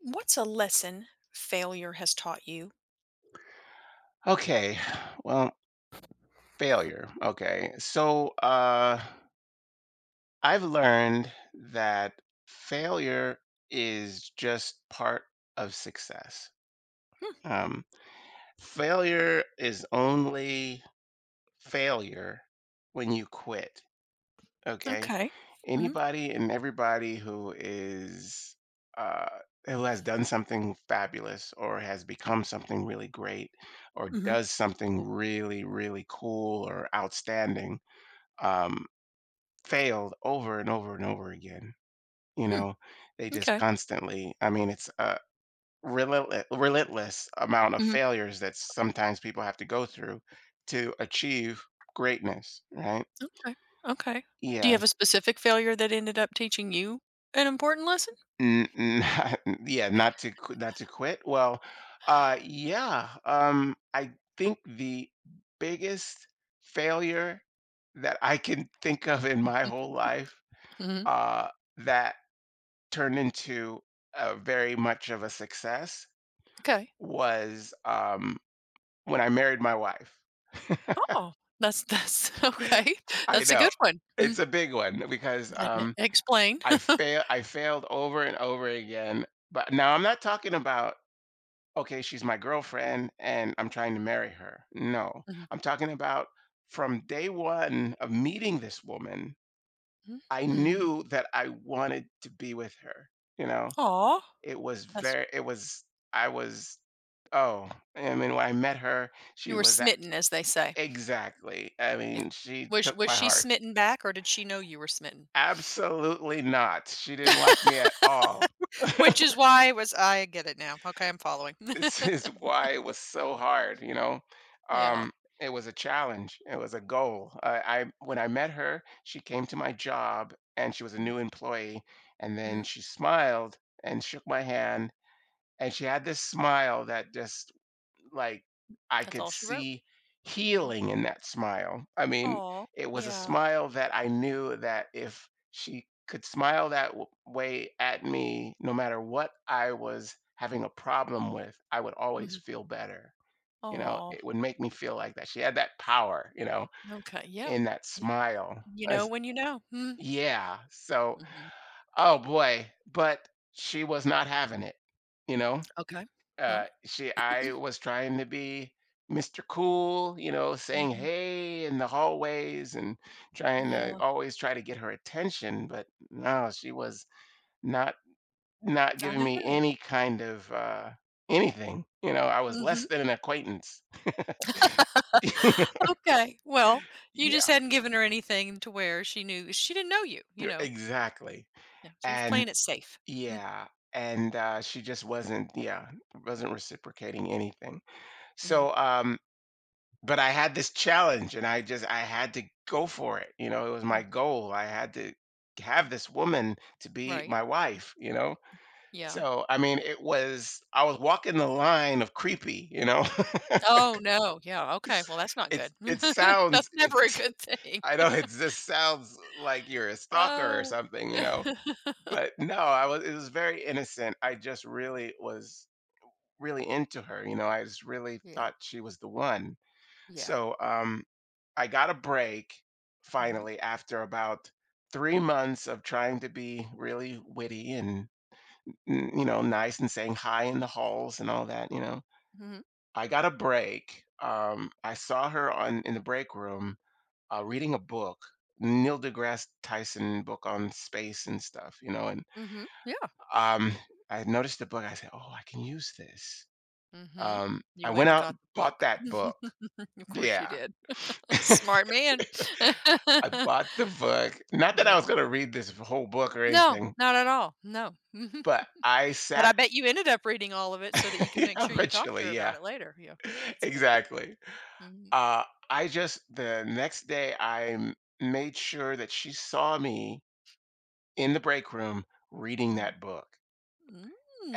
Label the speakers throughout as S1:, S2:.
S1: What's a lesson failure has taught you?
S2: Okay. Well, failure. Okay. So I've learned that failure is just part of success.
S1: Hmm,
S2: Um Failure is only failure when you quit. Okay?
S1: okay. Mhm,
S2: Anybody and everybody who is uh who has done something fabulous or has become something really great or
S1: mhm,
S2: does something really really cool or outstanding um, failed over and over and over again. You
S1: hmm,
S2: know, they just
S1: m'kay,
S2: constantly, I mean, it's a relentless, relentless amount of
S1: mhm,
S2: failures that sometimes people have to go through to achieve greatness, right?
S1: m'kay, okay. Do
S2: Yeah.
S1: you have a specific failure that ended up teaching you an important lesson?
S2: N- n- yeah, not to not to quit. Well, uh, I think the biggest failure that I can think of in my
S1: Mm,
S2: whole life
S1: mhm,
S2: uh that turned into a very much of a success
S1: m'kay.
S2: was, when I married my wife.
S1: Oh, that's okay.
S2: I
S1: That's a
S2: know.
S1: good one. Mm,
S2: It's a big one because,
S1: and e explain.
S2: I failed over and over again, but now I'm not talking about, "Okay, she's my girlfriend and I'm trying to marry her." No, I'm talking about from day 1 of meeting this woman,
S1: Mhm,
S2: I
S1: mhm.
S2: knew that I wanted to be with her, you know?
S1: Aw,
S2: It was
S1: that's
S2: very it was I was oh, I mean, when I met her,
S1: you
S2: she
S1: were
S2: was a
S1: smitten, as they say.
S2: exactly. I
S1: Yeah.
S2: mean, she
S1: Was
S2: took
S1: was
S2: my
S1: she
S2: heart.
S1: smitten back, or did she know you were smitten?
S2: Absolutely not. She didn't like me at all.
S1: Which is why it was I get it now. Okay, I'm following.
S2: This is why it was so hard, you know?
S1: Yeah.
S2: Um, it was a challenge. It was a goal. I when I met her, she came to my job and she was a new employee, and then
S1: Mhm.
S2: she smiled and shook my hand, and she had this smile that just like I
S1: That's
S2: could
S1: all she wrote.
S2: see
S1: Mhm.
S2: healing in that smile. I mean,
S1: Aw,
S2: it was a
S1: yeah.
S2: smile that I knew that if she could smile that way at me, no matter what I was having a problem with, I would always
S1: Mhm.
S2: feel better. You know,
S1: Aw,
S2: it would make me feel like that. She had that power, you know,
S1: okay, yeah.
S2: in that
S1: Yeah.
S2: smile.
S1: You know
S2: As,
S1: when you know. Mm.
S2: yeah. So,
S1: Mhm.
S2: oh boy, but she was not having it, you know?
S1: Okay. Well.
S2: She I was trying to be Mr. Cool, you know, saying
S1: Mhm.
S2: "Hey" in the hallways and trying to
S1: Yeah.
S2: always try to get her attention, but no, she was not not
S1: Not
S2: giving me
S1: having it.
S2: any kind of, anything, you know, I was less
S1: Mhm.
S2: than an acquaintance.
S1: Okay, well, you just
S2: Yeah,
S1: hadn't given her anything to where she knew she didn't know you,
S2: e
S1: you know?
S2: exactly,
S1: Yeah. She was
S2: and
S1: playing it safe. Mm.
S2: yeah, and, she just wasn't yeah, wasn't reciprocating anything.
S1: Mhm.
S2: So, but I had this challenge and I had to go for it. You know, it was
S1: Mm,
S2: my goal. I had to have this woman to be
S1: right,
S2: my wife, you know?
S1: yeah.
S2: So, I mean, it was I was walking the line of creepy, you know?
S1: Oh, no, yeah, okay, well, that's not
S2: It's
S1: good.
S2: it sounds
S1: That's never a
S2: it's
S1: good thing.
S2: I know it just sounds like you're a stalker or
S1: Oh.
S2: something, you know? But no, I was it was very innocent. I just really was really into her, you know. I just really
S1: Yeah,
S2: thought she was the one.
S1: yeah.
S2: So, I got a break
S1: Mhm.
S2: finally after about 3 months of trying to be really witty and you know nice and saying hi in the halls and all that. You know,
S1: Mhm.
S2: I got a break. I saw her on in the break room reading a book, Neil deGrasse Tyson book on space and stuff. You know, and
S1: Mhm. Yeah.
S2: um, I noticed the book. I said, "Oh, I can use this."
S1: Mhm.
S2: I
S1: You
S2: went
S1: went and
S2: out
S1: got
S2: and
S1: the
S2: bought
S1: book.
S2: that book.
S1: Of course you
S2: Yeah.
S1: did. Smart man.
S2: I bought the book. Not that I was
S1: Yeah.
S2: gonna read this whole book or
S1: No,
S2: anything,
S1: not at all. No.
S2: but I
S1: But
S2: sat
S1: I bet you ended up reading all of it so that you could
S2: yeah,
S1: make sure you talked to
S2: eventually,
S1: her about
S2: yeah.
S1: it later. Yeah. That's good.
S2: Exactly.
S1: Mhm.
S2: Uh, I just the next day, made sure that she saw me in the break room reading
S1: Mhm.
S2: that book.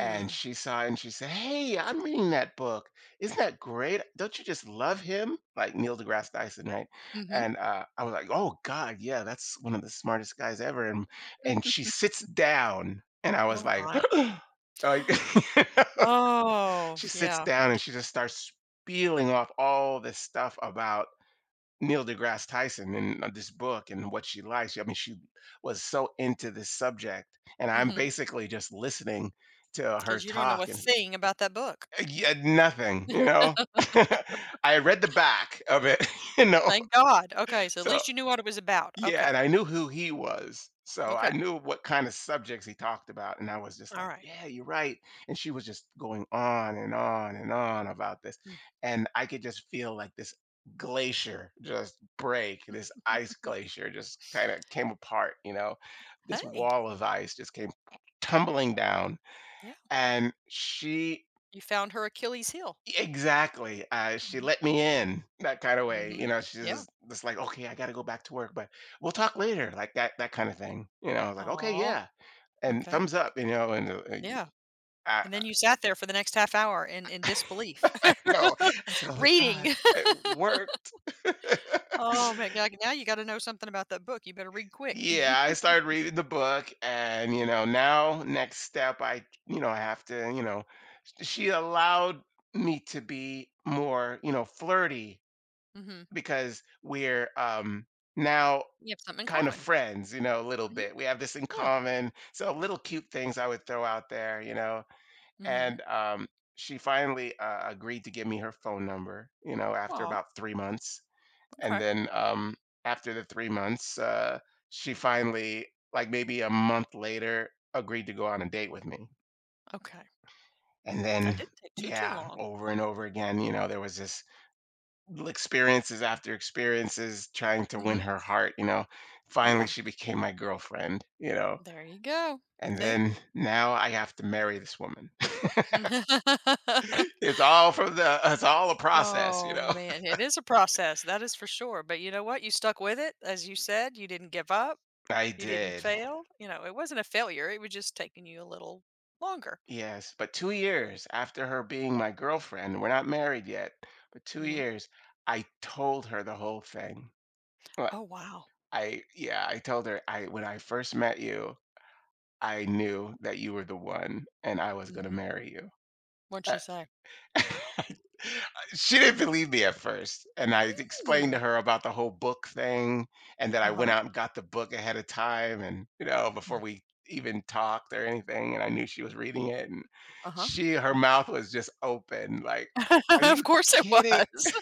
S2: And she saw it and she said, "Hey, I'm reading that book. Isn't that great? Don't you just love him?" Like Neil deGrasse Tyson, right?
S1: Mhm.
S2: And I was like, "Oh God, yeah, that's one of the smartest guys ever." And she sits down, and I was
S1: Oh
S2: like,
S1: my.
S2: like
S1: Oh,
S2: she sits
S1: yeah.
S2: down and
S1: D
S2: she just starts spieling off all this stuff about Neil deGrasse Tyson and this book and what she likes. I mean, she was so into this subject, and I'm
S1: Mhm.
S2: basically just listening to her
S1: 'Cause you don't know a
S2: talk and
S1: thing about that book.
S2: yeah, nothing, you know? I read the back of it, you know?
S1: Thank God. Okay, so at
S2: So,
S1: least you knew what it was about.
S2: yeah, and
S1: Okay.
S2: I knew who he was. So I
S1: Okay.
S2: knew what kind of subjects he talked about. And I was just like,
S1: Alright.
S2: yeah, you're right. And she was just going on and on and on about this. And I could just feel like this glacier just break, this ice glacier just kind of came apart, you know? This
S1: Hey.
S2: wall of ice just came tumbling down.
S1: Yeah.
S2: And she
S1: You found her Achilles heel.
S2: exactly, she
S1: Mhm.
S2: let me in, that kind of way, you
S1: Mhm.
S2: know, she's
S1: Yeah.
S2: just like, "Okay, I gotta go back to work, but we'll talk later," that kind of thing, you know, I was like, "Okay,
S1: Oh.
S2: yeah," and
S1: Okay.
S2: thumbs up, you know, and,
S1: Yeah,
S2: I
S1: and then you sat there for the next half hour in disbelief.
S2: I know, I said, "Oh my god,
S1: Reading.
S2: it worked."
S1: Oh my god, now you gotta know something about that book, you better read quick.
S2: Yeah, I started reading the book and, you know, now next step, I have to, you know she allowed me to be more, you know, flirty
S1: Mhm.
S2: because we're, now
S1: You have something in
S2: kind of
S1: common.
S2: friends, you know, a little
S1: Mhm.
S2: bit. We have this in
S1: Yeah.
S2: common. So little cute things I would throw out there, you know.
S1: Mhm.
S2: And she finally agreed to give me her phone number, you know, after
S1: Oh.
S2: about 3 months. And
S1: Okay.
S2: then after the 3 months, she finally, like maybe a month later, agreed to go on a date with me.
S1: Okay.
S2: And then,
S1: That didn't take too, too
S2: yeah,
S1: long.
S2: over and over again, you know, there was this little experiences after experiences trying to win
S1: Mhm.
S2: her heart, you know finally
S1: Yeah.
S2: she became my girlfriend you know.
S1: There you go.
S2: And
S1: See?
S2: then now I have to marry this woman. It's all a process, you
S1: Oh,
S2: know?
S1: man, it is a process, that is for sure, but you know what? You stuck with it, as you said, you didn't give up,
S2: I
S1: you didn't
S2: did.
S1: fail, you know, it wasn't a failure, it was just taking you a little longer.
S2: Yes, but 2 years after her being my girlfriend, we're not married yet, but 2
S1: Mhm.
S2: years, I told her the whole thing. But
S1: Oh, wow.
S2: I yeah, I told her, "I when I first met you, I knew that you were the one, and I was gonna
S1: Mhm.
S2: marry you."
S1: What'd she say?
S2: Uh She didn't believe me at first, and I explained to
S1: "Hmm,
S2: her about the whole book thing, and that I went
S1: uh-huh,
S2: out and got the book ahead of time, and you know, before we even talked or anything, and I knew she was reading it, and
S1: uh-huh."
S2: she her mouth was just open, like, "Are
S1: Of
S2: you
S1: course it
S2: kidding?
S1: was.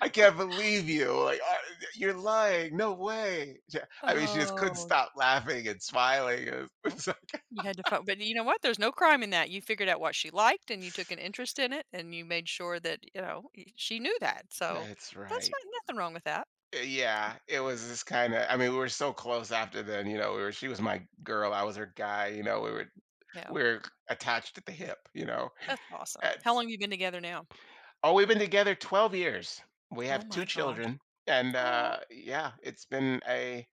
S2: I can't believe you! Like, you're lying! No way!" Yeah, I mean, she just couldn't
S1: Oh,
S2: stop laughing and smiling. It was, it
S1: well,
S2: was like,
S1: you had to find. But you know what? There's no crime in that, you figured out what she liked, and you took an interest in it, and you made sure that, you know, y she knew that, so
S2: "That's
S1: that's
S2: right."
S1: not nothing wrong with that.
S2: Yeah, it was this kinda I mean, we were so close after then, you know, we were she was my girl, I was her guy, you know, we were
S1: Yeah.
S2: we were attached at the hip, you know?
S1: That's awesome.
S2: And
S1: How long have you been together now?
S2: Oh, we've been together 12 years. We
S1: Oh
S2: have 2
S1: my gosh.
S2: children, and,
S1: Oh,
S2: yeah, it's been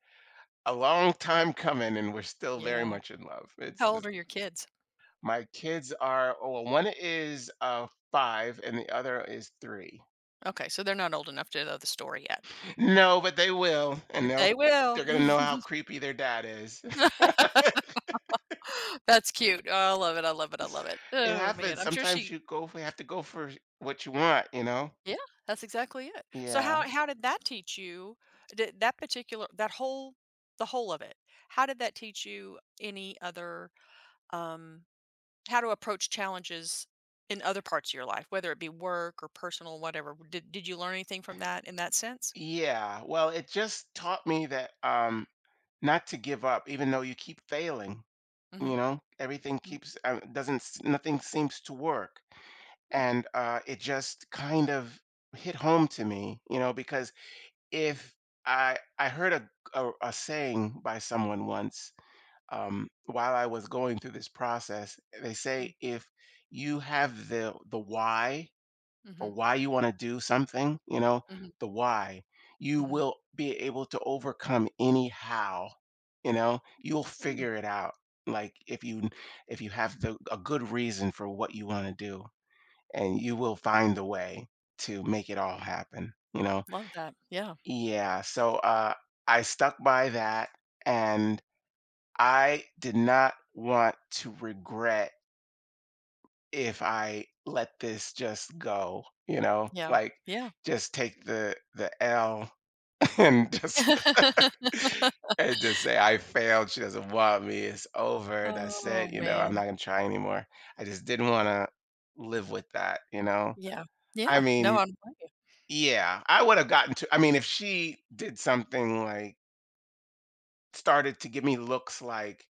S2: a long time coming, and we're still very
S1: yeah.
S2: much in love. It's
S1: How old
S2: just
S1: are your kids?
S2: my kids are oh, well, one is, 5 and the other is 3.
S1: Okay, so they're not old enough to know the story yet,
S2: No, but they will, and
S1: but
S2: they'll
S1: they will.
S2: they're gonna know how creepy their dad is.
S1: That's cute. Oh, I love it. I love it. I love it.
S2: It
S1: Oh man,
S2: happens.
S1: I'm sure
S2: Sometimes
S1: she.
S2: you go for have to go for what you want, you know?
S1: Yeah, that's exactly it. So
S2: Yeah.
S1: how did that teach you? Did that particular that whole the whole of it? How did that teach you any other um how to approach challenges in other parts of your life, whether it be work or personal, whatever. Did you learn anything from that in that sense?
S2: Yeah. Well, it just taught me that not to give up even though you keep failing, you
S1: Mhm.
S2: know? Everything
S1: Mm,
S2: keeps doesn't s- nothing seems to work.
S1: huh,
S2: And it just kind of hit home to me, you know, because if I heard a a saying by someone once while I was going through this process, they
S1: mm.
S2: say if you have the why for
S1: Mhm.
S2: why you want to do something, you know,
S1: Mhm.
S2: the why, you
S1: Mhm.
S2: will be able to overcome any how, you know, you'll
S1: Hmm,
S2: figure it out. Like if you have the a good reason for what you want to do and you will find the way to make it all happen, you know.
S1: love that. Yeah.
S2: Yeah, so I stuck by that and I did not want to regret if I let this just go, you know,
S1: Yeah.
S2: like
S1: Yeah.
S2: just take the L and just and just say I failed. She doesn't want me. It's over. That's
S1: Oh,
S2: it. You know, I'm
S1: man.
S2: not gonna try anymore. I just didn't want to live with that. You know,
S1: Yeah.
S2: I
S1: Yeah. No,
S2: mean,
S1: I'm with you.
S2: yeah, I would have gotten to. I mean, if she did something like started to give me looks like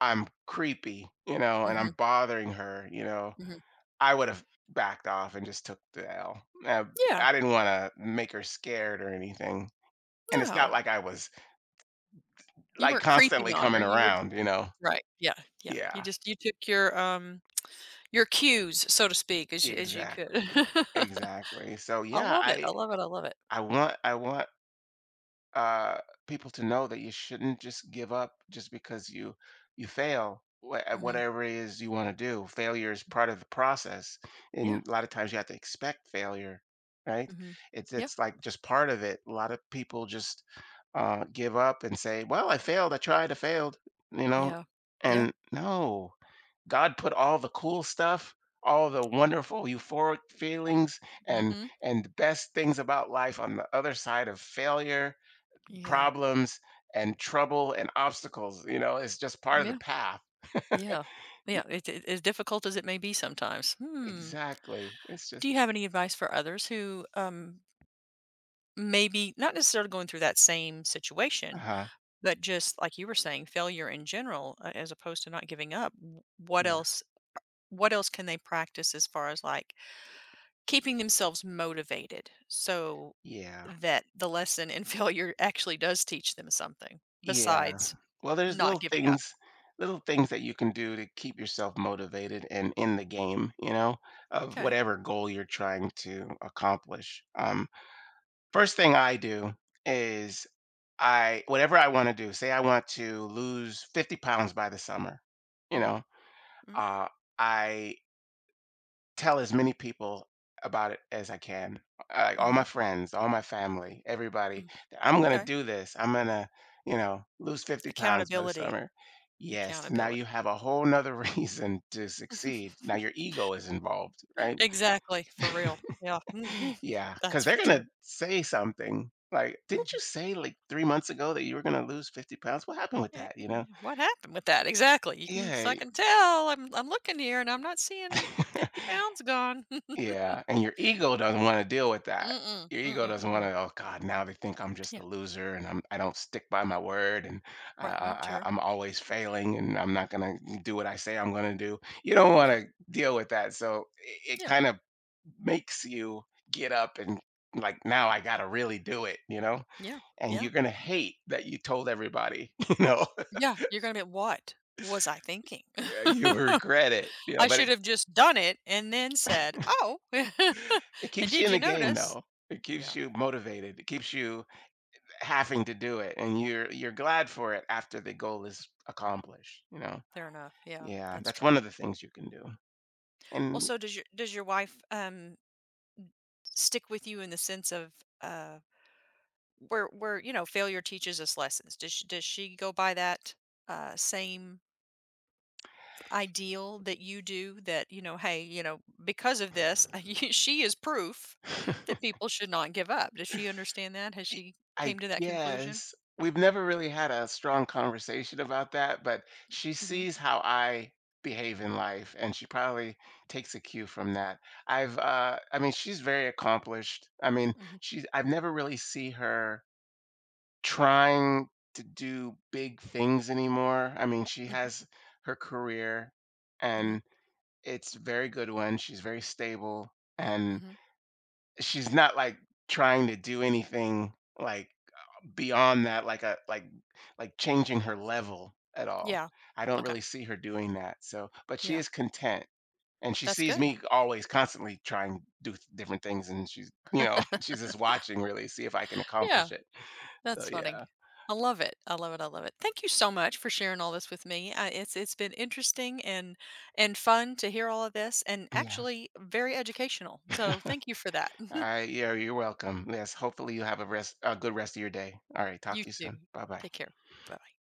S2: I'm creepy, you know, and I'm
S1: Mhm.
S2: bothering her, you know,
S1: Mhm.
S2: I would have backed off and just took the L.
S1: Yeah.
S2: I didn't wanna make her scared or anything, and it's not
S1: No.
S2: like I was,
S1: You
S2: like,
S1: weren't creeping
S2: constantly
S1: on
S2: coming
S1: her. You were
S2: around, you know?
S1: right. Yeah. Yeah. You
S2: Yeah,
S1: just you took your cues, so to speak, as you could.
S2: exactly, exactly. So,
S1: I
S2: yeah,
S1: love it.
S2: I
S1: I love it. I love it.
S2: I want I want uh, people to know that you shouldn't just give up just because you at
S1: Mhm.
S2: whatever it is you want to do. Failure is part of the process,
S1: Yeah.
S2: and a lot of times you have to expect failure, right?
S1: Mhm.
S2: It's
S1: Yeah,
S2: it's like just part of it. A lot of people just give up and say, "Well, I failed. I tried. I failed," you know.
S1: yeah, yeah.
S2: And no, God put all the cool stuff, all the wonderful euphoric feelings, and
S1: Mhm.
S2: and the best things about life on the other side of failure,
S1: Yeah,
S2: problems and trouble and obstacles, you know, it's just part of the
S1: yeah,
S2: path.
S1: yeah, yeah, it as difficult as it may be sometimes. Hmm.
S2: Exactly. It's
S1: Do
S2: just
S1: you have any advice for others who, maybe not necessarily going through that same situation,
S2: uh-huh.
S1: but just like you were saying, failure in general, a as opposed to not giving up, w
S2: Yeah.
S1: what else can they practice as far as, like, keeping themselves motivated so
S2: Yeah.
S1: that the lesson in failure actually does teach them something
S2: Yeah.
S1: besides
S2: Well, there's
S1: not
S2: little
S1: giving up?
S2: things, little things that you can do to keep yourself motivated and in the game, you know, of
S1: Okay.
S2: whatever goal you're trying to accomplish. First thing I do is I, whatever I want to do, say I want to lose 50 pounds by the summer, you
S1: Mm.
S2: know,
S1: Mhm.
S2: uh, I tell as many people about it as I can. Like
S1: Mm.
S2: all my
S1: Mhm.
S2: friends, all my family, everybody,
S1: Mm.
S2: that I'm gonna
S1: Okay.
S2: do this. I'm gonna, you know, lose 50 pounds by the
S1: Accountability.
S2: summer. Yes, now you
S1: Accountability.
S2: have a whole nother reason to succeed. Now your ego is involved, right?
S1: Exactly, for real. Yeah. Mhm.
S2: Yeah, because
S1: That's
S2: they're
S1: for
S2: gonna
S1: sure.
S2: say something like, "Didn't you
S1: Mhm.
S2: say like 3 months ago that you were gonna lose 50 pounds? What happened with
S1: Yeah,
S2: that?"
S1: yeah,
S2: You know?
S1: yeah. What happened with that? Exactly. You can 'cause
S2: Yeah.
S1: I can tell I'm looking here and I'm not seeing 50 pounds gone.
S2: Yeah, and your ego doesn't wanna deal with that.
S1: Mm-mm.
S2: Your ego
S1: Mm-mm,
S2: doesn't wanna,
S1: mm-mm.
S2: "Oh god, now they think I'm just
S1: Yeah.
S2: a loser and I don't stick by my word and I
S1: Right.
S2: I
S1: Well,
S2: I
S1: sure.
S2: I'm always failing and I'm not gonna do what I say I'm gonna do." You don't
S1: Yeah.
S2: wanna deal with that, so it
S1: Yeah.
S2: kind of makes you get up and, like, "Now I gotta really do it," you know?
S1: Yeah.
S2: And
S1: Yeah.
S2: you're gonna hate that you told everybody, you know?
S1: Yeah. You're gonna be what was I thinking?
S2: Yeah, you regret it, you know,
S1: I
S2: but
S1: should
S2: it
S1: have just done it and then said, "Oh,
S2: it
S1: and
S2: keeps you
S1: did
S2: in
S1: you
S2: the game,
S1: notice?"
S2: though. It keeps
S1: Yeah,
S2: you motivated. It keeps you having to do it and you're glad for it after the goal is accomplished, you know?
S1: fair enough. Yeah,
S2: Yeah,
S1: that's
S2: that's one
S1: true.
S2: of the things you can do.
S1: Well,
S2: And
S1: so does your wife, stick with you in the sense of, uh, where, you know, failure teaches us lessons? Does she go by that, same ideal that you do that, you know, "Hey, you know, because of this, you she is proof that people should not give up." Does she understand that? Has
S2: y-
S1: she
S2: I
S1: came to that conclusion?
S2: guess we've never really had a strong conversation about that, but she
S1: Mhm.
S2: sees how I behave in life, and she probably takes a cue from that. I've I mean, she's very accomplished. I mean,
S1: Mhm.
S2: she's I've never really see her trying to do big things anymore. I mean, she
S1: Mhm.
S2: has her career,
S1: Mhm.
S2: and it's a very good one. She's very stable, and
S1: Mhm.
S2: she's not like trying to do anything like beyond that, like a like like changing her level at all.
S1: Yeah.
S2: I don't
S1: Okay.
S2: really see her doing that. So, but she
S1: Yeah.
S2: is content, and she
S1: That's
S2: sees
S1: good.
S2: me always constantly trying to do different things, and she's, you know, she's just watching, really see if I can
S1: Yeah.
S2: accomplish it. So
S1: That's funny.
S2: yeah.
S1: I love it. I love it. I love it. Thank you so much for sharing all this with me. It's been interesting and fun to hear all of this and
S2: Yeah,
S1: actually very educational. So thank you for that.
S2: I yeah, you're welcome. Yes, hopefully you have a good rest of your day. All right, talk
S1: You
S2: to you soon.
S1: too.
S2: Bye bye.
S1: Take care. Bye.